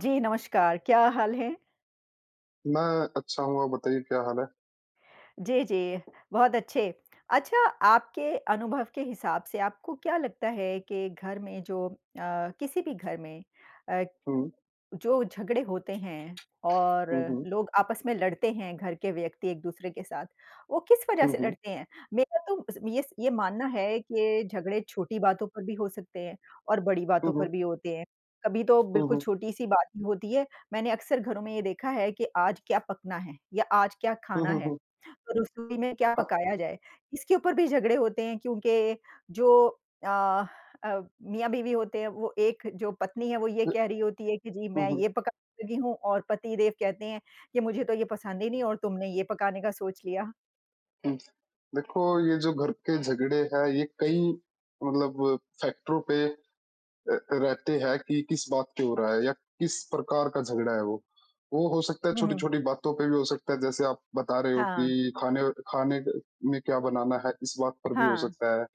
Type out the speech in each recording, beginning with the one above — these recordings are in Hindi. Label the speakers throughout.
Speaker 1: जी, नमस्कार, क्या हाल है?
Speaker 2: मैं अच्छा हूँ, आप बताइए क्या हाल है?
Speaker 1: जी, जी, बहुत अच्छे। अच्छा, आपके अनुभव के हिसाब से आपको क्या लगता है कि घर में किसी भी घर में अ,
Speaker 2: हुँ,
Speaker 1: जो झगड़े होते हैं और
Speaker 2: हुँ, हुँ,
Speaker 1: लोग आपस में लड़ते हैं, घर के व्यक्ति एक-दूसरे के साथ, वो किस वजह
Speaker 2: हुँ,
Speaker 1: से
Speaker 2: हुँ,
Speaker 1: लड़ते हैं? मेरा तो स ये मानना है कि झगड़े छोटी बातों पर भी हो सकते हैं और बड़ी
Speaker 2: हुँ,
Speaker 1: बातों पर
Speaker 2: हुँ,
Speaker 1: भी होते हैं। कभी तो
Speaker 2: हुँ,
Speaker 1: बिल्कुल
Speaker 2: हुँ,
Speaker 1: छोटी-सी बात ही होती है, मैंने अक्सर घरों में ये देखा है कि आज क्या पकना है या आज क्या
Speaker 2: हुँ,
Speaker 1: खाना
Speaker 2: हुँ,
Speaker 1: है?
Speaker 2: हुँ,
Speaker 1: तो रसोई में क्या
Speaker 2: हाँ,
Speaker 1: पकाया जाए? इसके ऊपर भी झगड़े होते हैं क्योंकि जो अ अ, मियाँ-बीवी होते हैं, वो एक जो पत्नी है वो ये
Speaker 2: हुँ,
Speaker 1: कह रही होती है कि जी
Speaker 2: हुँ,
Speaker 1: मैं
Speaker 2: हुँ,
Speaker 1: ये पकाने लगी हूँ और पतिदेव कहते हैं कि मुझे तो ये पसंद ही नहीं और तुमने ये पकाने का सोच लिया।
Speaker 2: हुँ। देखो ये जो घर के झगड़े हैं, ये कई मतलब फैक्टरों पे रहते हैं कि किस बात पे हो रहा है या किस प्रकार का झगड़ा है वो। वो हो सकता है
Speaker 1: हुँ, हुँ।
Speaker 2: छोटी-छोटी बातों पे भी हो सकता है जैसे आप बता रहे हो
Speaker 1: हाँ,
Speaker 2: कि खाने खाने क में क्या बनाना है इस बात पर भी हो
Speaker 1: हाँ,
Speaker 2: सकता है।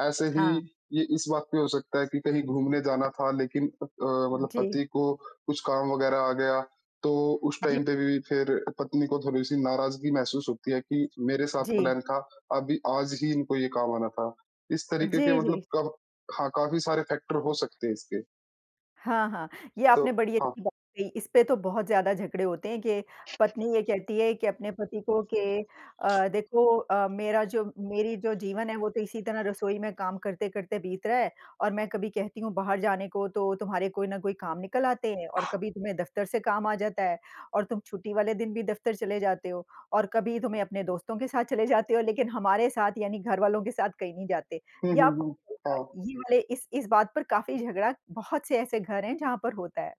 Speaker 2: ऐसे ही
Speaker 1: हाँ।
Speaker 2: ये इस बात पे हो सकता है कि कहीं घूमने जाना था लेकिन मतलब
Speaker 1: जी,
Speaker 2: पति को कुछ काम वग़ैरह आ गया तो उस
Speaker 1: जी, जी।
Speaker 2: टाइम पे भी फिर पत्नी को थोड़ी-सी नाराज़गी महसूस होती है कि मेरे साथ प्लान था, अभी आज ही इनको ये काम आना था। इस तरीके के
Speaker 1: जी,
Speaker 2: मतलब
Speaker 1: जी।
Speaker 2: कब हाँ, काफ़ी सारे फैक्टर हो सकते हैं इसके,
Speaker 1: हाँ, हाँ। ये
Speaker 2: तो
Speaker 1: आपने बड़ी
Speaker 2: हाँ।
Speaker 1: अच्छी बात कही। इस पे तो बहुत ज़्यादा झगड़े होते हैं कि पत्नी ये कहती है कि अपने पति को कि देखो मेरा जो मेरी जो जीवन है वो तो इसी तरह रसोई में काम करते-करते बीत रहा है और मैं कभी कहती हूँ बाहर जाने को तो तुम्हारे कोई न कोई काम निकल आते हैं और कभी तुम्हें दफ़्तर से काम आ जाता है और तुम छुट्टी वाले दिन भी दफ़्तर चले जाते हो और कभी तुम्हें अपने दोस्तों के साथ चले जाते हो लेकिन हमारे साथ यानी घरवालों के साथ कहीं नहीं जाते।
Speaker 2: हुँ,
Speaker 1: ये
Speaker 2: हुँ,
Speaker 1: आप
Speaker 2: हुँ। हाँ,
Speaker 1: ये वाले इस बात पर काफ़ी झगड़ा बहुत से ऐसे घर हैं जहाँ पर होता है।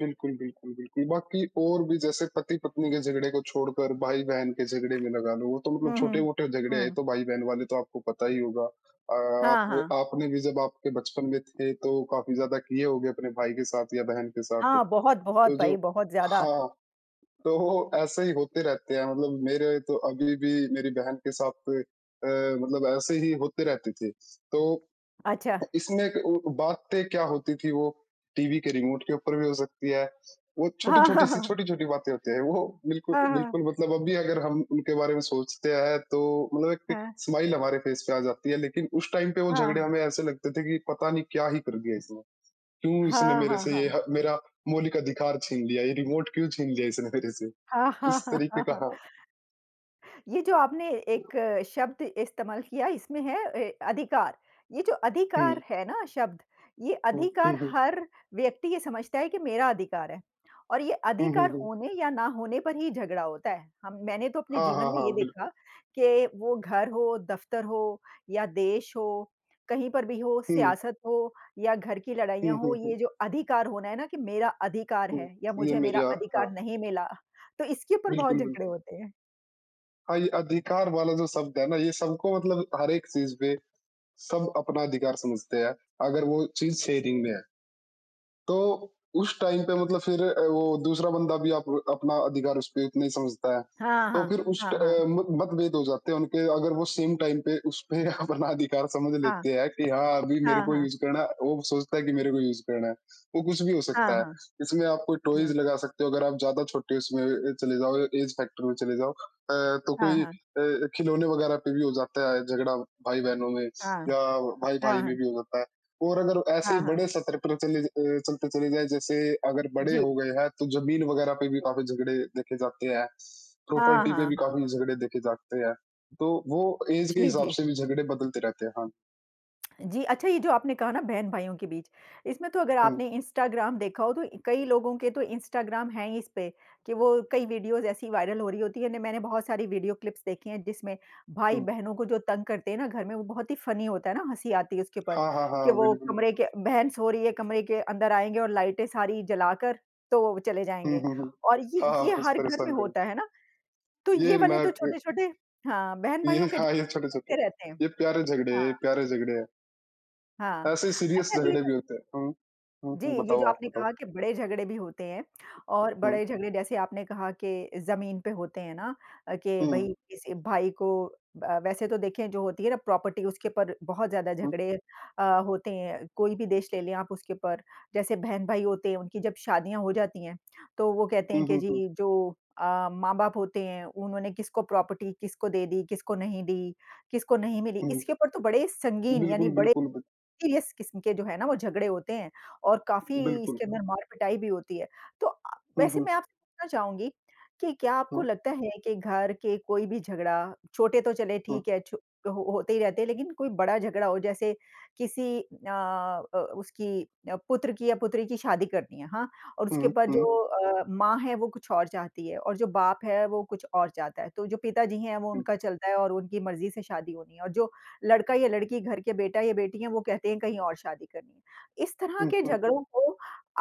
Speaker 2: बिल्कुल, बिल्कुल, बिल्कुल। बाकी और भी जैसे पति-पत्नी के झगड़े को छोड़कर भाई-बहन के झगड़े में लगा लो, वो तो मतलब
Speaker 1: हुँ, हुँ।
Speaker 2: छोटे-मोटे झगड़े हैं,
Speaker 1: हुँ।
Speaker 2: तो भाई-बहन वाले तो आपको पता ही होगा। आप
Speaker 1: हाँ, हाँ।
Speaker 2: आपने भी जब आपके बचपन में थे, तो काफ़ी ज़्यादा किए होंगे अपने भाई के साथ या बहन के साथ,
Speaker 1: हाँ, बहुत-बहुत
Speaker 2: तो जो
Speaker 1: भाई बहुत ज़्यादा।
Speaker 2: हाँ, तो वो ऐसे ही होते रहते हैं, मतलब मेरे तो अभी भी मेरी बहन के साथ अ, मतलब ऐसे ही होते रहते थे। तो
Speaker 1: अच्छा।
Speaker 2: इसमें एक वो बातें क्या होती थी वो टीवी के रिमोट के ऊपर भी हो सकती है। वो
Speaker 1: हाँ,
Speaker 2: छोटी-छोटी
Speaker 1: हाँ,
Speaker 2: सी
Speaker 1: हाँ।
Speaker 2: छोटी-छोटी बातें होती हैं। वो बिल्कुल
Speaker 1: हाँ, हाँ।
Speaker 2: बिल्कुल मतलब अभी अगर हम उनके बारे में सोचते हैं तो मतलब एक स्माइल हमारे फेस पे आ जाती है, लेकिन उस टाइम पे वो झगड़े
Speaker 1: हाँ।
Speaker 2: हमें ऐसे लगते थे कि पता नहीं क्या ही कर दिया इसने? क्यों इसने
Speaker 1: हाँ,
Speaker 2: मेरे
Speaker 1: हाँ,
Speaker 2: से ये
Speaker 1: हाँ।
Speaker 2: ह मेरा मौलिक अधिकार छीन लिया? ये रिमोट क्यों छीन लिया इसने मेरे से?
Speaker 1: हाँ, हाँ,
Speaker 2: इस
Speaker 1: हाँ,
Speaker 2: तरीके
Speaker 1: हाँ,
Speaker 2: का
Speaker 1: हाँ।
Speaker 2: हाँ।
Speaker 1: ये जो आपने एक शब्द इस्तेमाल किया इसमें है अधिकार। ये जो
Speaker 2: हुँ,
Speaker 1: अधिकार है ना शब्द, ये
Speaker 2: हुँ, हुँ,
Speaker 1: अधिकार
Speaker 2: हुँ।
Speaker 1: हर व्यक्ति ये समझता है कि मेरा अधिकार है और ये
Speaker 2: हुँ, हुँ,
Speaker 1: अधिकार
Speaker 2: हुँ।
Speaker 1: होने या ना होने पर ही झगड़ा होता है। हम मैंने तो अपने
Speaker 2: हाँ,
Speaker 1: जीवन
Speaker 2: हाँ,
Speaker 1: में
Speaker 2: हाँ,
Speaker 1: ये देखा
Speaker 2: बिल्कुल।
Speaker 1: कि वो घर हो, दफ्तर हो या देश हो, कहीं पर भी हो,
Speaker 2: हुँ,
Speaker 1: सियासत हो या घर की
Speaker 2: हुँ,
Speaker 1: लड़ाइयाँ
Speaker 2: हुँ,
Speaker 1: हो,
Speaker 2: हुँ,
Speaker 1: ये जो अधिकार होना है ना कि मेरा अधिकार
Speaker 2: हुँ।
Speaker 1: है या
Speaker 2: ये
Speaker 1: मुझे
Speaker 2: मेरी
Speaker 1: मेरा
Speaker 2: आ हाँ,
Speaker 1: अधिकार नहीं मिला, तो इसके ऊपर बहुत
Speaker 2: बिल्कुल,
Speaker 1: झगड़े
Speaker 2: बिल्कुल।
Speaker 1: होते हैं।
Speaker 2: हाँ, ये अधिकार वाला जो शब्द है ना, ये सबको मतलब हर एक चीज़ पे सब अपना अधिकार समझते हैं, अगर वो चीज़ शेयरिंग में है। तो उस टाइम पे मतलब फिर वो दूसरा बंदा भी आप अपना अधिकार उस पे उतना ही समझता है।
Speaker 1: हाँ,
Speaker 2: तो
Speaker 1: हाँ।
Speaker 2: फिर उस ट
Speaker 1: हाँ, हाँ।
Speaker 2: अ, मत मतभेद हो जाते हैं उनके अगर वो सेम टाइम पे उस पे अपना अधिकार समझ
Speaker 1: हाँ,
Speaker 2: लेते हैं कि हाँ, अभी मेरे
Speaker 1: हाँ,
Speaker 2: को
Speaker 1: हाँ।
Speaker 2: यूज़ करना है, वो सोचता है कि मेरे को यूज़ करना है। वो कुछ भी हो
Speaker 1: हाँ,
Speaker 2: सकता है।
Speaker 1: हाँ।
Speaker 2: इसमें आप कोई टॉयज़
Speaker 1: हुँ।
Speaker 2: लगा सकते हो अगर आप ज़्यादा छोटे चले जाओ एज फैक्टर में चले जाओ तो
Speaker 1: हाँ,
Speaker 2: कोई
Speaker 1: हाँ।
Speaker 2: अ, खिलौने वगैरह पे भी हो जाता है झगड़ा भाई-बहनों में
Speaker 1: हाँ,
Speaker 2: या
Speaker 1: हाँ,
Speaker 2: भाई-भाई
Speaker 1: हाँ।
Speaker 2: में भी हो जाता है। और अगर ऐसे ही
Speaker 1: हाँ, हाँ।
Speaker 2: बड़े सत्र पर चले अ, चलते चले जाएँ, जैसे अगर बड़े
Speaker 1: जी,
Speaker 2: हो गए हैं, तो ज़मीन वगैरह पे भी
Speaker 1: जी।
Speaker 2: काफ़ी झगड़े देखे जाते हैं,
Speaker 1: हाँ,
Speaker 2: प्रॉपर्टी पे
Speaker 1: हाँ,
Speaker 2: भी
Speaker 1: हाँ।
Speaker 2: काफ़ी झगड़े देखे जाते हैं। तो वो ऐज के
Speaker 1: जी,
Speaker 2: हिसाब
Speaker 1: जी।
Speaker 2: से भी झगड़े बदलते रहते हैं। हाँ।
Speaker 1: जी, अच्छा ये जो आपने कहा ना बहन-भाइयों के बीच, इसमें तो अगर
Speaker 2: हुँ,
Speaker 1: आपने इंस्टाग्राम देखा हो तो कई लोगों के तो इंस्टाग्राम है ही इस पे कि वो कई वीडियोज़ ऐसी वायरल हो रही होती है। न मैंने बहुत सारी वीडियो क्लिप्स देखी हैं जिसमें
Speaker 2: हुँ।
Speaker 1: भाई-बहनों को जो तंग करते हैं ना घर में वो बहुत ही फ़नी होता है ना, हँसी आती है उसके ऊपर
Speaker 2: हाँ, हाँ,
Speaker 1: कि
Speaker 2: हाँ,
Speaker 1: वो
Speaker 2: बिल्कुल,
Speaker 1: कमरे
Speaker 2: बिल्कुल।
Speaker 1: के बहन सो रही है, कमरे के अंदर आएँगे और लाइटें सारी जलाकर तो वो चले
Speaker 2: हुँ,
Speaker 1: जाएँगे।
Speaker 2: हुँ, हुँ।
Speaker 1: और
Speaker 2: हाँ, हाँ,
Speaker 1: ये
Speaker 2: बस
Speaker 1: हर घर में
Speaker 2: परेशान करना।
Speaker 1: होता है ना, तो
Speaker 2: ये
Speaker 1: ये वाले
Speaker 2: ना
Speaker 1: तो
Speaker 2: क
Speaker 1: छोटे-छोटे हाँ,
Speaker 2: ये
Speaker 1: बहन-भाइयों के
Speaker 2: हाँ, ये
Speaker 1: झगड़े
Speaker 2: छोटे-छोटे,
Speaker 1: चलते रहते हैं।
Speaker 2: ये प्यारे झगड़े हैं, ये
Speaker 1: हाँ,
Speaker 2: प्यारे झगड़े हैं।
Speaker 1: हाँ।
Speaker 2: ऐसे सीरियस
Speaker 1: अच्छा ये
Speaker 2: झगड़े भी
Speaker 1: जो
Speaker 2: होते हैं। हुँ। हुँ,
Speaker 1: जी,
Speaker 2: हुँ,
Speaker 1: ये जो
Speaker 2: बताओ आप
Speaker 1: आपने
Speaker 2: बताओ?
Speaker 1: कहा कि बड़े झगड़े भी होते हैं और
Speaker 2: हुँ,
Speaker 1: बड़े झगड़े जैसे आपने कहा कि ज़मीन पे होते हैं ना कि
Speaker 2: हुँ,
Speaker 1: भई किसी भाई को वैसे तो देखें जो होती है ना प्रॉपर्टी उसके ऊपर बहुत ज़्यादा
Speaker 2: हुँ।
Speaker 1: झगड़े होते हैं। कोई भी देश ले लें आप उसके ऊपर, जैसे बहन-भाई होते हैं उनकी जब शादियाँ हो जाती हैं, तो वो कहते हैं
Speaker 2: हुँ,
Speaker 1: कि
Speaker 2: हुँ, हुँ।
Speaker 1: जी जो अ, माँ-बाप होते हैं उन्होंने किसको प्रॉपर्टी किसको दे दी, किसको नहीं मिली।
Speaker 2: हुँ,
Speaker 1: इसके ऊपर तो बड़े संगीन यानी
Speaker 2: बिल्कुल,
Speaker 1: बड़े
Speaker 2: बिल्कुल, बिल्कुल।
Speaker 1: सीरियस किस्म के जो है ना वो झगड़े होते हैं और काफ़ी
Speaker 2: बिल्कुल।
Speaker 1: इसके अंदर मार-पिटाई भी होती है। तो
Speaker 2: हुँ,
Speaker 1: वैसे
Speaker 2: हुँ,
Speaker 1: मैं आपसे पूछना चाहूँगी कि क्या आपको
Speaker 2: हुँ,
Speaker 1: लगता है कि घर के कोई भी झगड़ा, छोटे तो चले
Speaker 2: हुँ,
Speaker 1: ठीक है छो हो होते ही रहते हैं लेकिन कोई बड़ा झगड़ा हो जैसे किसी अ अ, उसकी अ, पुत्र की या पुत्री की शादी करनी है, हाँ? और उसके
Speaker 2: हुँ,
Speaker 1: बाद
Speaker 2: हुँ,
Speaker 1: जो माँ है वो कुछ और चाहती है और जो बाप है वो कुछ और चाहता है। तो जो पिताजी हैं वो
Speaker 2: हुँ,
Speaker 1: उनका चलता है और उनकी मर्ज़ी से शादी होनी है और जो लड़का या लड़की, घर के बेटा या बेटी हैं, वो कहते हैं कहीं और शादी करनी है। इस तरह
Speaker 2: हुँ,
Speaker 1: के
Speaker 2: हुँ,
Speaker 1: झगड़ों को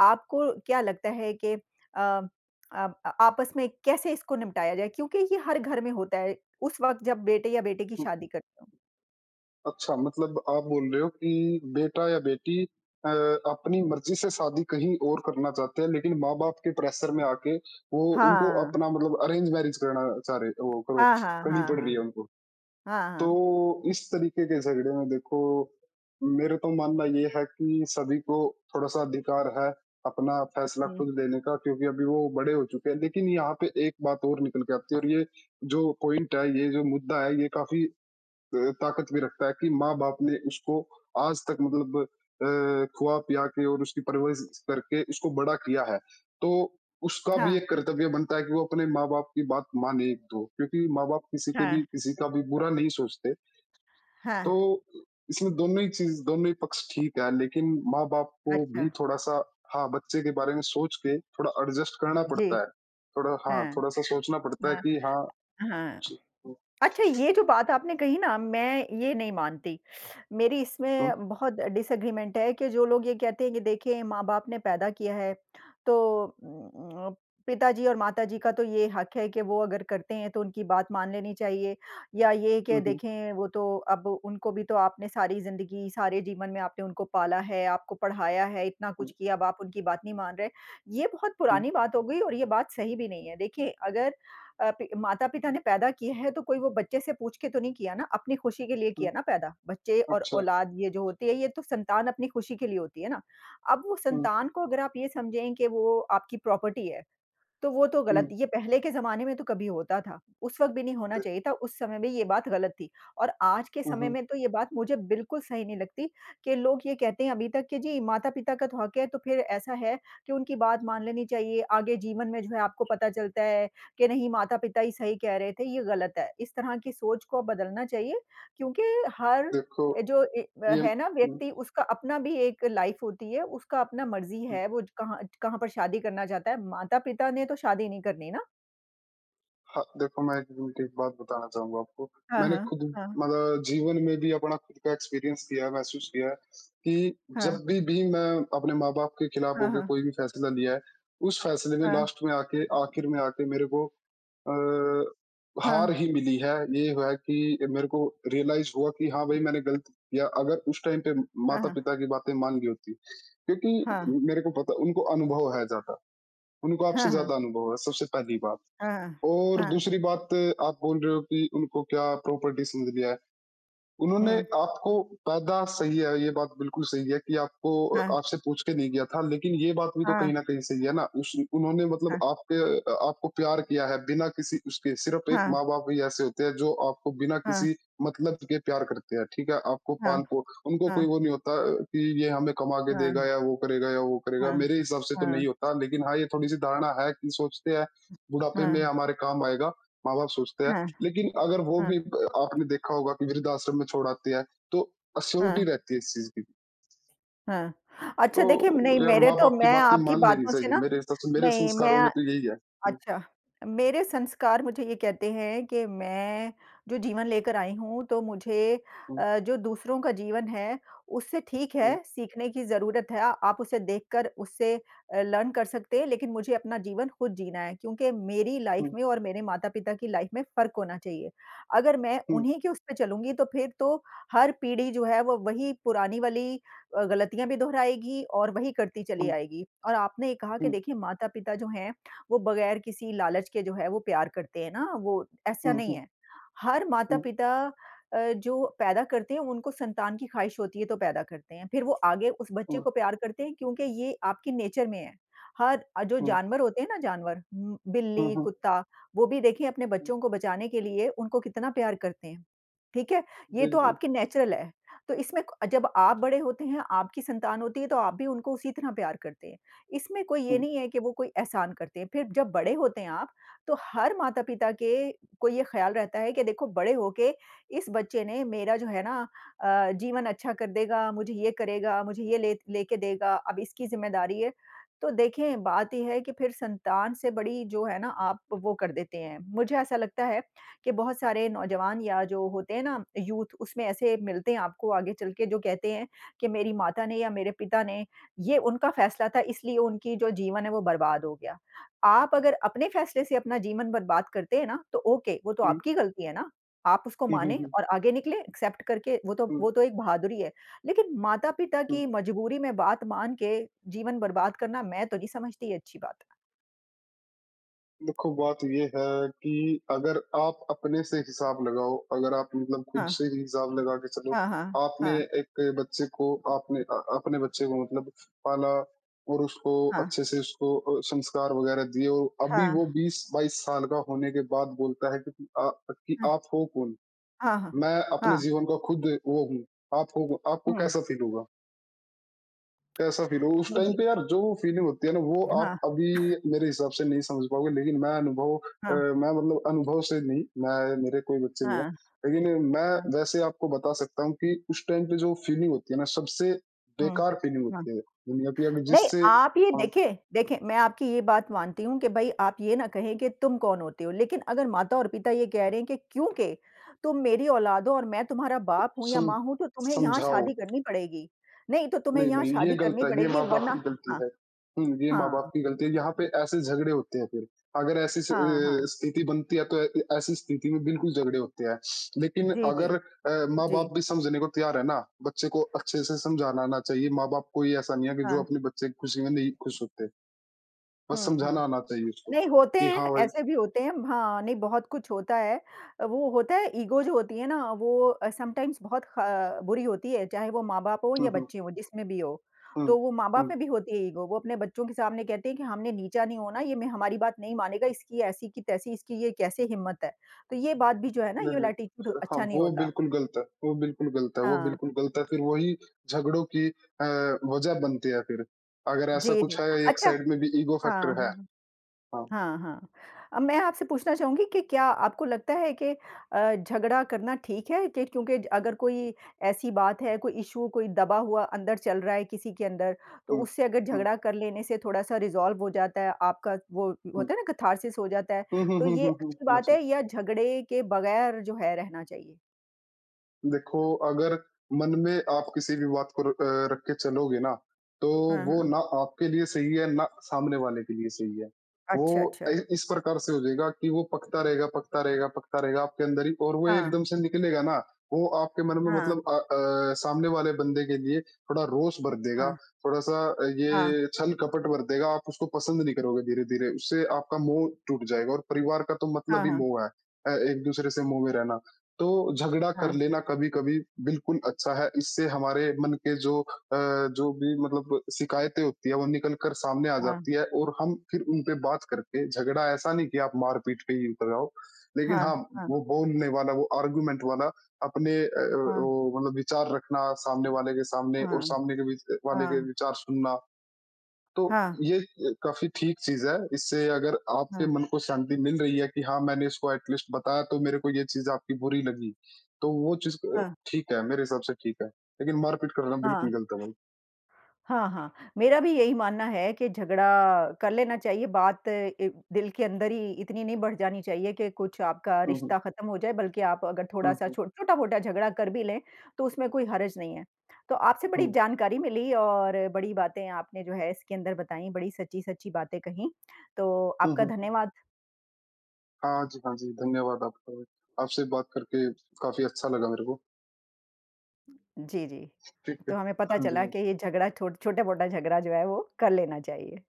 Speaker 1: आपको क्या लगता है कि अ अ, आपस में कैसे इसको निपटाया जाए? क्योंकि ये हर घर में होता है, उस वक़्त जब बेटे या बेटी की
Speaker 2: हुँ।
Speaker 1: शादी करते हो।
Speaker 2: अच्छा मतलब आप बोल रहे हो कि बेटा या बेटी अ, अपनी मर्ज़ी से शादी कहीं और करना चाहते हैं, लेकिन माँ-बाप के प्रेशर में आके वो उनको
Speaker 1: हाँ।
Speaker 2: अपना मतलब अरेंज मैरेज करना चाह रहे वो करो
Speaker 1: हाँ, हाँ,
Speaker 2: करनी
Speaker 1: हाँ,
Speaker 2: पड़ रही
Speaker 1: हाँ।
Speaker 2: है उनको।
Speaker 1: हाँ,
Speaker 2: तो
Speaker 1: हाँ।
Speaker 2: इस तरीके के झगड़े में देखो, मेरा तो मानना ये है कि सभी को थोड़ा-सा अधिकार है अपना फैसला
Speaker 1: हुँ,
Speaker 2: खुद लेने का क्योंकि अभी वो बड़े हो चुके हैं। लेकिन यहाँ पे एक बात और निकल के आती है और ये जो पॉइंट है, ये जो मुद्दा है, ये काफ़ी ताकत भी रखता है कि माँ-बाप ने उसको आज तक मतलब खुआ-पिया के और उसकी परवरिश करके उसको बड़ा किया है। तो उसका
Speaker 1: हाँ।
Speaker 2: भी एक कर्तव्य बनता है कि वो अपने माँ-बाप की बात माने 1-2 क्योंकि माँ-बाप किसी के भी
Speaker 1: हाँ,
Speaker 2: किसी का भी बुरा नहीं सोचते।
Speaker 1: हाँ।
Speaker 2: तो इसमें दोनों ही चीज़ दोनों ही पक्ष ठीक है, लेकिन माँ-बाप को भी
Speaker 1: अच्छा,
Speaker 2: थोड़ा-सा हाँ, बच्चे के बारे में सोच के थोड़ा एडजस्ट करना
Speaker 1: जी,
Speaker 2: पड़ता है। थोड़ा हाँ,
Speaker 1: हाँ,
Speaker 2: थोड़ा-सा सोचना पड़ता है
Speaker 1: हाँ,
Speaker 2: कि हाँ,
Speaker 1: हाँ।
Speaker 2: कुछ हुँ,
Speaker 1: अच्छा ये जो बात आपने कही ना मैं ये नहीं मानती। मेरी
Speaker 2: हुँ,
Speaker 1: इसमें बहुत डिसएग्रीमेंट है कि जो लोग ये कहते हैं कि देखिए माँ-बाप ने पैदा किया है, तो पिताजी और माताजी का तो ये हक है कि वो अगर करते हैं तो उनकी बात मान लेनी चाहिए या ये कि
Speaker 2: हुँ, हुँ,
Speaker 1: देखें वो तो अब उनको भी तो आपने सारी ज़िंदगी, सारे जीवन में आपने उनको पाला है, आपको पढ़ाया है, इतना
Speaker 2: हुँ,
Speaker 1: कुछ किया, अब आप उनकी बात नहीं मान रहे। ये बहुत
Speaker 2: हुँ,
Speaker 1: पुरानी बात हो गई और ये बात सही भी नहीं है। देखिए अगर अ, पि माता-पिता ने पैदा किए हैं तो कोई वो बच्चे से पूछ के तो नहीं किया ना, अपनी खुशी के लिए
Speaker 2: हुँ,
Speaker 1: किया ना पैदा। बच्चे और
Speaker 2: अच्छा,
Speaker 1: औलाद ये जो होती है, ये तो संतान अपनी खुशी के लिए होती है ना। अब वो
Speaker 2: हुँ,
Speaker 1: संतान को अगर आप ये समझें कि वो आपकी प्रॉपर्टी है तो वो तो
Speaker 2: हुँ,
Speaker 1: गलत ये पहले के ज़माने में तो कभी होता था, उस वक़्त भी नहीं होना चाहिए था, उस समय में ये बात गलत थी। और आज के
Speaker 2: हुँ,
Speaker 1: समय
Speaker 2: हुँ,
Speaker 1: में तो ये बात मुझे बिल्कुल सही नहीं लगती कि लोग ये कहते हैं अभी तक कि जी माता-पिता का तो हक है, तो फिर ऐसा है कि उनकी बात मान लेनी चाहिए। आगे जीवन में जो है आपको पता चलता है कि नहीं माता-पिता ही सही कह रहे थे, ये गलत है। इस तरह की सोच को बदलना चाहिए क्योंकि हर
Speaker 2: देखो ये हुँ,
Speaker 1: है ना
Speaker 2: हुँ।
Speaker 1: व्यक्ति उसका अपना भी एक लाइफ होती है, उसका अपना मर्ज़ी है, वो ज कहाँ कहाँ पर शादी करना चाहता है। माता-पिता ने तो शादी नहीं करनी ना।
Speaker 2: हाँ, देखो मैं एक उल्टी बात बताना चाहूँगा आपको।
Speaker 1: हाँ,
Speaker 2: मैंने खुद
Speaker 1: हाँ।
Speaker 2: मतलब जीवन में भी अपना खुद का एक्सपीरियंस किया है, महसूस किया है कि
Speaker 1: हाँ,
Speaker 2: जब भी मैं अपने माँ-बाप के खिलाफ
Speaker 1: हाँ,
Speaker 2: होके
Speaker 1: हाँ,
Speaker 2: कोई भी फैसला लिया है, उस फैसले में
Speaker 1: हाँ,
Speaker 2: लास्ट में आके आखिर में आके मेरे को अ, हार
Speaker 1: हाँ,
Speaker 2: ही मिली है। ये हुआ है कि मेरे को रियलाइज़ हुआ कि हाँ भाई मैंने गलत किया। अगर उस टाइम पे
Speaker 1: हाँ, हाँ,
Speaker 2: माता-पिता की बातें मान ली होती, क्योंकि
Speaker 1: हाँ,
Speaker 2: मेरे को पता उनको अनुभव है ज़्यादा, उनको
Speaker 1: हाँ,
Speaker 2: आपसे
Speaker 1: हाँ,
Speaker 2: ज़्यादा अनुभव है सबसे पहली बात।
Speaker 1: हाँ,
Speaker 2: और
Speaker 1: हाँ,
Speaker 2: दूसरी बात आप बोल रहे हो कि उनको क्या प्रॉपर्टी समझ लिया है। उन्होंने
Speaker 1: हुँ।
Speaker 2: आपको पैदा सही है, ये बात बिल्कुल सही है कि
Speaker 1: हाँ,
Speaker 2: आपसे पूछ के नहीं गया था, लेकिन ये बात भी तो
Speaker 1: हाँ,
Speaker 2: कहीं न कहीं सही है ना, उस उन्होंने मतलब आपको प्यार किया है बिना किसी उसके, सिर्फ़ एक
Speaker 1: हाँ,
Speaker 2: माँ-बाप ही ऐसे होते हैं जो आपको बिना
Speaker 1: हाँ,
Speaker 2: किसी मतलब के प्यार करते हैं, ठीक है? आपको
Speaker 1: हाँ, हाँ,
Speaker 2: पाल-पो उनको कोई
Speaker 1: हाँ,
Speaker 2: वो नहीं होता कि ये हमें कमा के
Speaker 1: हाँ,
Speaker 2: देगा या वो करेगा,
Speaker 1: हाँ,
Speaker 2: मेरे हिसाब से तो
Speaker 1: हाँ,
Speaker 2: नहीं होता। लेकिन हाँ, ये थोड़ी-सी धारणा है कि सोचते हैं बुढ़ापे
Speaker 1: हाँ,
Speaker 2: में हमारे काम आएगा, माँ-बाप सोचते हैं।
Speaker 1: हाँ,
Speaker 2: लेकिन अगर वो
Speaker 1: हाँ,
Speaker 2: भी ब आपने देखा होगा कि वृद्धाश्रम में छोड़ आते हैं, तो अश्योरिटी
Speaker 1: हाँ,
Speaker 2: रहती है इस चीज़ की।
Speaker 1: हाँ।
Speaker 2: तो
Speaker 1: अच्छा देखिए, नहीं
Speaker 2: यार
Speaker 1: मेरे तो
Speaker 2: माँ-बाप की
Speaker 1: मैं
Speaker 2: बातें
Speaker 1: आपकी
Speaker 2: मान लेनी
Speaker 1: बातों से
Speaker 2: चाहिए
Speaker 1: ना
Speaker 2: मेरे हिसाब से मेरे
Speaker 1: नहीं मैं
Speaker 2: संस्कारों में तो यही है। हुँ,
Speaker 1: अच्छा, मेरे संस्कार मुझे ये कहते हैं कि मैं जो जीवन लेकर आई हूँ, तो मुझे जो दूसरों का जीवन है, उससे ठीक
Speaker 2: हुँ,
Speaker 1: है, सीखने की ज़रूरत है। आप उसे देखकर उससे लर्न कर सकते हैं, लेकिन मुझे अपना जीवन खुद जीना है, क्योंकि मेरी लाइफ़
Speaker 2: हुँ,
Speaker 1: में और मेरे माता-पिता की लाइफ़ में फ़र्क होना चाहिए। अगर मैं
Speaker 2: हुँ,
Speaker 1: उन्हीं के उस पे चलूँगी, तो फिर तो हर पीढ़ी जो है, वो वही पुरानी वाली गलतियाँ भी दोहराएगी और वही करती चली
Speaker 2: हुँ,
Speaker 1: आएगी। और आपने ये कहा कि
Speaker 2: हुँ,
Speaker 1: देखिए माता-पिता जो हैं वो बगैर किसी लालच के जो है वो प्यार करते हैं ना, वो ऐसा
Speaker 2: हुँ,
Speaker 1: नहीं
Speaker 2: हुँ,
Speaker 1: है। हर
Speaker 2: हुँ,
Speaker 1: माता-पिता जो पैदा करते हैं उनको संतान की ख़्वाहिश होती है तो पैदा करते हैं। फिर वो आगे उस बच्चे
Speaker 2: हुँ,
Speaker 1: को प्यार करते हैं क्योंकि ये आपके नेचर में है। हर जो
Speaker 2: हुँ,
Speaker 1: जानवर होते हैं ना जानवर
Speaker 2: हुँ,
Speaker 1: बिल्ली,
Speaker 2: हुँ, हुँ,
Speaker 1: कुत्ता वो भी देखिए अपने
Speaker 2: हुँ,
Speaker 1: बच्चों को बचाने के लिए उनको कितना प्यार करते हैं। ठीक है? ये तो
Speaker 2: बिल्कुल।
Speaker 1: आपकी नेचुरल है। तो इसमें क जब आप बड़े होते हैं, आपकी संतान होती है तो आप भी उनको उसी तरह प्यार करते हैं। इसमें कोई
Speaker 2: हुँ,
Speaker 1: ये नहीं है कि वो कोई एहसान करते हैं। फिर जब बड़े होते हैं आप, तो हर माता-पिता के को ये ख़्याल रहता है कि देखो बड़े होके इस बच्चे ने मेरा जो है ना जीवन अच्छा कर देगा, मुझे ये करेगा, मुझे ये ले लेके देगा, अब इसकी ज़िम्मेदारी है। तो देखें बात ये है कि फिर संतान से बड़ी जो है ना आप वो कर देते हैं। मुझे ऐसा लगता है कि बहुत सारे नौजवान या जो होते हैं ना यूथ उसमें ऐसे मिलते हैं आपको आगे चल के जो कहते हैं कि मेरी माता ने या मेरे पिता ने ये उनका फ़ैसला था इसलिए उनकी जो जीवन है वो बर्बाद हो गया। आप अगर अपने फ़ैसले से अपना जीवन बर्बाद करते हैं ना तो ओके वो तो
Speaker 2: हुँ,
Speaker 1: आपकी गलती है ना। आप उसको
Speaker 2: हुँ, हुँ,
Speaker 1: माने
Speaker 2: हुँ,
Speaker 1: और आगे निकले एक्सेप्ट करके
Speaker 2: हुँ,
Speaker 1: वो तो एक बहादुरी है। लेकिन माता-पिता
Speaker 2: हुँ।
Speaker 1: की मजबूरी में बात मान के जीवन बर्बाद करना मैं तो नहीं समझती ये अच्छी बात।
Speaker 2: देखो बात ये है कि अगर आप अपने से हिसाब लगाओ, अगर आप मतलब खुद
Speaker 1: हाँ,
Speaker 2: से ही हिसाब लगा के चलो,
Speaker 1: हाँ, हाँ,
Speaker 2: आपने एक बच्चे को आपने अपने बच्चे को मतलब पाला और उसको
Speaker 1: हाँ,
Speaker 2: अच्छे से उसको संस्कार वगैरह दिए और अभी
Speaker 1: हाँ,
Speaker 2: वो 20-22 साल का होने के बाद बोलता है कि कि
Speaker 1: हाँ,
Speaker 2: आप हो कौन?
Speaker 1: हाँ, हाँ,
Speaker 2: मैं
Speaker 1: हाँ,
Speaker 2: अपने
Speaker 1: हाँ,
Speaker 2: जीवन का खुद वो हूँ। आप हो आपको
Speaker 1: हुँ,
Speaker 2: कैसा फील होगा? कैसा फ़ील हो उस टाइम
Speaker 1: ये
Speaker 2: पे यार जो वो फ़ीलिंग होती है ना वो आप
Speaker 1: हाँ,
Speaker 2: अभी मेरे हिसाब से नहीं समझ पाओगे लेकिन मैं अनुभव अ,
Speaker 1: हाँ,
Speaker 2: मैं मतलब अनुभव से नहीं मैं मेरे कोई बच्चे नहीं है।
Speaker 1: हाँ,
Speaker 2: लेकिन मैं
Speaker 1: हाँ,
Speaker 2: वैसे आपको बता सकता हूँ कि उस टाइम पे जो फ़ीलिंग होती है ना सबसे
Speaker 1: हुँ,
Speaker 2: बेकार फ़ीलिंग
Speaker 1: हाँ।
Speaker 2: होती है दुनिया की अगर
Speaker 1: नहीं,
Speaker 2: जिससे
Speaker 1: आप ये
Speaker 2: आप
Speaker 1: देखिए देखिए, मैं आपकी ये बात मानती हूँ कि भई आप ये ना कहें कि तुम कौन होते हो? लेकिन अगर माता और पिता ये कह रहे हैं कि क्योंकि तुम मेरी औलाद हो और मैं तुम्हारा बाप हूँ या
Speaker 2: सम
Speaker 1: माँ हूँ तो तुम्हें यहाँ
Speaker 2: समझाओ
Speaker 1: शादी करनी पड़ेगी। नहीं तो तुम्हें
Speaker 2: नहीं,
Speaker 1: यहाँ
Speaker 2: नहीं, ये
Speaker 1: शादी
Speaker 2: गलत
Speaker 1: करनी
Speaker 2: है, ये
Speaker 1: पड़ेगी
Speaker 2: माँ-बाप की
Speaker 1: वरना
Speaker 2: गलती
Speaker 1: हाँ,
Speaker 2: है। हुँ, ये माँ-बाप
Speaker 1: हाँ,
Speaker 2: की गलती है, यहाँ पे ऐसे झगड़े होते हैं फिर। अगर
Speaker 1: हाँ, हाँ।
Speaker 2: स्थिति बनती है तो ऐ ऐसी स्थिति में बिल्कुल झगड़े होते हैं। लेकिन
Speaker 1: जी, जी,
Speaker 2: अगर
Speaker 1: जी।
Speaker 2: माँ-बाप भी समझने को तैयार है ना, बच्चे को अच्छे से समझाना आना चाहिए, माँ-बाप को ये ऐसा नहीं है कि जो
Speaker 1: हाँ।
Speaker 2: अपने बच्चे की खुशी में नहीं खुश होते, बस
Speaker 1: हुँ,
Speaker 2: समझाना
Speaker 1: हुँ।
Speaker 2: आना चाहिए उसको,
Speaker 1: नहीं, होते
Speaker 2: कि
Speaker 1: हैं,
Speaker 2: हाँ भाई
Speaker 1: ऐसे भी होते हैं। हाँ, नहीं बहुत कुछ होता है। वो होता है ईगो जो होती है ना वो समटाइम्स बहुत ख बुरी होती है, चाहे वो माँ-बाप हो
Speaker 2: हुँ,
Speaker 1: या
Speaker 2: हुँ,
Speaker 1: बच्चे हों, जिसमें भी हो।
Speaker 2: हुँ,
Speaker 1: तो वो माँ-बाप
Speaker 2: हुँ।
Speaker 1: में भी होती है ईगो, वो अपने बच्चों के सामने कहते हैं कि हमने नीचा नहीं होना, ये मैं हमारी बात नहीं मानेगा, इसकी ऐसी की तैसी, इसकी ये कैसे हिम्मत है। तो ये बात भी जो है ना, ये
Speaker 2: नहीं,
Speaker 1: वाला
Speaker 2: नहीं।
Speaker 1: एटीट्यूड
Speaker 2: फिर हाँ,
Speaker 1: अच्छा नहीं
Speaker 2: वो
Speaker 1: होता।
Speaker 2: बिल्कुल गलत है, वो बिल्कुल गलत है, वो
Speaker 1: हाँ।
Speaker 2: बिल्कुल गलत है, फिर वही झगड़ों की वजह बनती है फिर। अगर ऐसा
Speaker 1: जी,
Speaker 2: कुछ
Speaker 1: जी।
Speaker 2: है एक
Speaker 1: अच्छा
Speaker 2: साइड में भी ईगो
Speaker 1: हाँ,
Speaker 2: फैक्टर है।
Speaker 1: हाँ। हाँ।
Speaker 2: हाँ,
Speaker 1: हाँ, हाँ। अब मैं आपसे पूछना चाहूँगी कि क्या आपको लगता है कि झगड़ा करना ठीक है? कि क्योंकि अगर कोई ऐसी बात है, कोई इश्यू, कोई दबा हुआ अंदर चल रहा है किसी के अंदर, तो
Speaker 2: हुँ,
Speaker 1: उससे अगर
Speaker 2: हुँ,
Speaker 1: झगड़ा कर लेने से थोड़ा-सा रिज़ॉल्व हो जाता है, आपका वो
Speaker 2: हुँ।
Speaker 1: होता है ना कैथार्सिस हो जाता है,
Speaker 2: हुँ, हुँ,
Speaker 1: तो
Speaker 2: हुँ,
Speaker 1: ये
Speaker 2: हुँ, हुँ।
Speaker 1: अच्छी
Speaker 2: मैं
Speaker 1: बात
Speaker 2: सम
Speaker 1: है या झगड़े के बगैर जो है रहना चाहिए?
Speaker 2: देखो, अगर मन में आप किसी भी बात को रख के चलोगे ना, तो
Speaker 1: हाँ,
Speaker 2: वो
Speaker 1: हाँ।
Speaker 2: ना आपके लिए सही है, ना सामने वाले के लिए सही है। वो
Speaker 1: अच्छा,
Speaker 2: इ
Speaker 1: अच्छा।
Speaker 2: इस प्रकार से हो जाएगा कि वो पकता रहेगा, पकता रहेगा, पकता रहेगा आपके अंदर ही और वो
Speaker 1: हाँ,
Speaker 2: एकदम से निकलेगा ना, वो आपके मन में
Speaker 1: हाँ,
Speaker 2: मतलब सामने वाले बंदे के लिए थोड़ा रोष भर देगा,
Speaker 1: हाँ,
Speaker 2: थोड़ा-सा
Speaker 1: हाँ,
Speaker 2: ये छल-कपट भर देगा, आप उसको पसंद नहीं करोगे धीरे-धीरे। उससे आपका मोह टूट जाएगा और परिवार का तो मतलब ही
Speaker 1: हाँ,
Speaker 2: मोह है एक-दूसरे से मोह में रहना। तो झगड़ा कर
Speaker 1: हाँ,
Speaker 2: लेना कभी-कभी बिल्कुल अच्छा है। इससे हमारे मन के जो भी मतलब शिकायतें होती है, वो निकल कर सामने आ
Speaker 1: हाँ,
Speaker 2: जाती है और हम फिर उन पे बात करके झगड़ा ऐसा नहीं कि आप मार-पीट पे ही उतर आओ। लेकिन
Speaker 1: हाँ,
Speaker 2: हाँ,
Speaker 1: हाँ,
Speaker 2: वो बोलने वाला, वो आर्गुमेंट वाला अपने
Speaker 1: हाँ,
Speaker 2: वो मतलब विचार रखना सामने वाले के सामने
Speaker 1: हाँ,
Speaker 2: और सामने के विच
Speaker 1: हाँ,
Speaker 2: वाले के
Speaker 1: हाँ,
Speaker 2: विचार सुनना। तो
Speaker 1: हाँ, हाँ,
Speaker 2: ये काफ़ी ठीक चीज़ है। इससे अगर आपके
Speaker 1: हाँ,
Speaker 2: मन को शांति मिल रही है कि हाँ, मैंने इसको एट लीस्ट बताया तो मेरे को ये चीज़ आपकी बुरी लगी। तो
Speaker 1: हाँ।
Speaker 2: ठीक है, मेरे हिसाब से ठीक है। लेकिन मारपीट करना बिल्कुल
Speaker 1: हाँ।
Speaker 2: गलत है भाई।
Speaker 1: हाँ, हाँ। मेरा भी यही मानना है कि झगड़ा कर लेना चाहिए, बात दिल के अंदर ही इतनी नहीं बढ़ जानी चाहिए कि कुछ आपका
Speaker 2: हुँ, हुँ।
Speaker 1: रिश्ता खत्म हो जाए, बल्कि आप अगर
Speaker 2: हुँ,
Speaker 1: थोड़ा-सा
Speaker 2: हुँ।
Speaker 1: छो छोटा-मोटा झगड़ा कर भी लें, तो उसमें कोई हर्ज नहीं है। तो आपसे बड़ी
Speaker 2: हुँ।
Speaker 1: जानकारी मिली और बड़ी बातें आपने जो है इसके अंदर बताई, बड़ी सच्ची-सच्ची बातें कहीं, तो
Speaker 2: हुँ,
Speaker 1: आपका
Speaker 2: हुँ, हुँ।
Speaker 1: धन्यवाद।
Speaker 2: हाँ जी, हाँ जी। धन्यवाद आपका भी। आपसे बात करके काफ़ी अच्छा लगा मेरे को।
Speaker 1: जी, जी।
Speaker 2: ठीक है।
Speaker 1: तो हमें पता
Speaker 2: हाँ जी,
Speaker 1: चला
Speaker 2: हाँ।
Speaker 1: कि ये झगड़ा छोटा-मोटा झगड़ा जो है वो कर लेना चाहिए।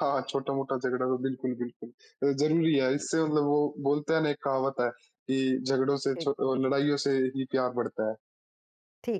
Speaker 2: हाँ, छोटा-मोटा झगड़ा तो बिल्कुल, बिल्कुल ज़रूरी है।
Speaker 1: जी,
Speaker 2: इससे मतलब वो बोलते हैं ना एक कहावत है कि झगड़ों से छो
Speaker 1: ठीक,
Speaker 2: अ, लड़ाइयों से ही प्यार बढ़ता है।
Speaker 1: ठीक।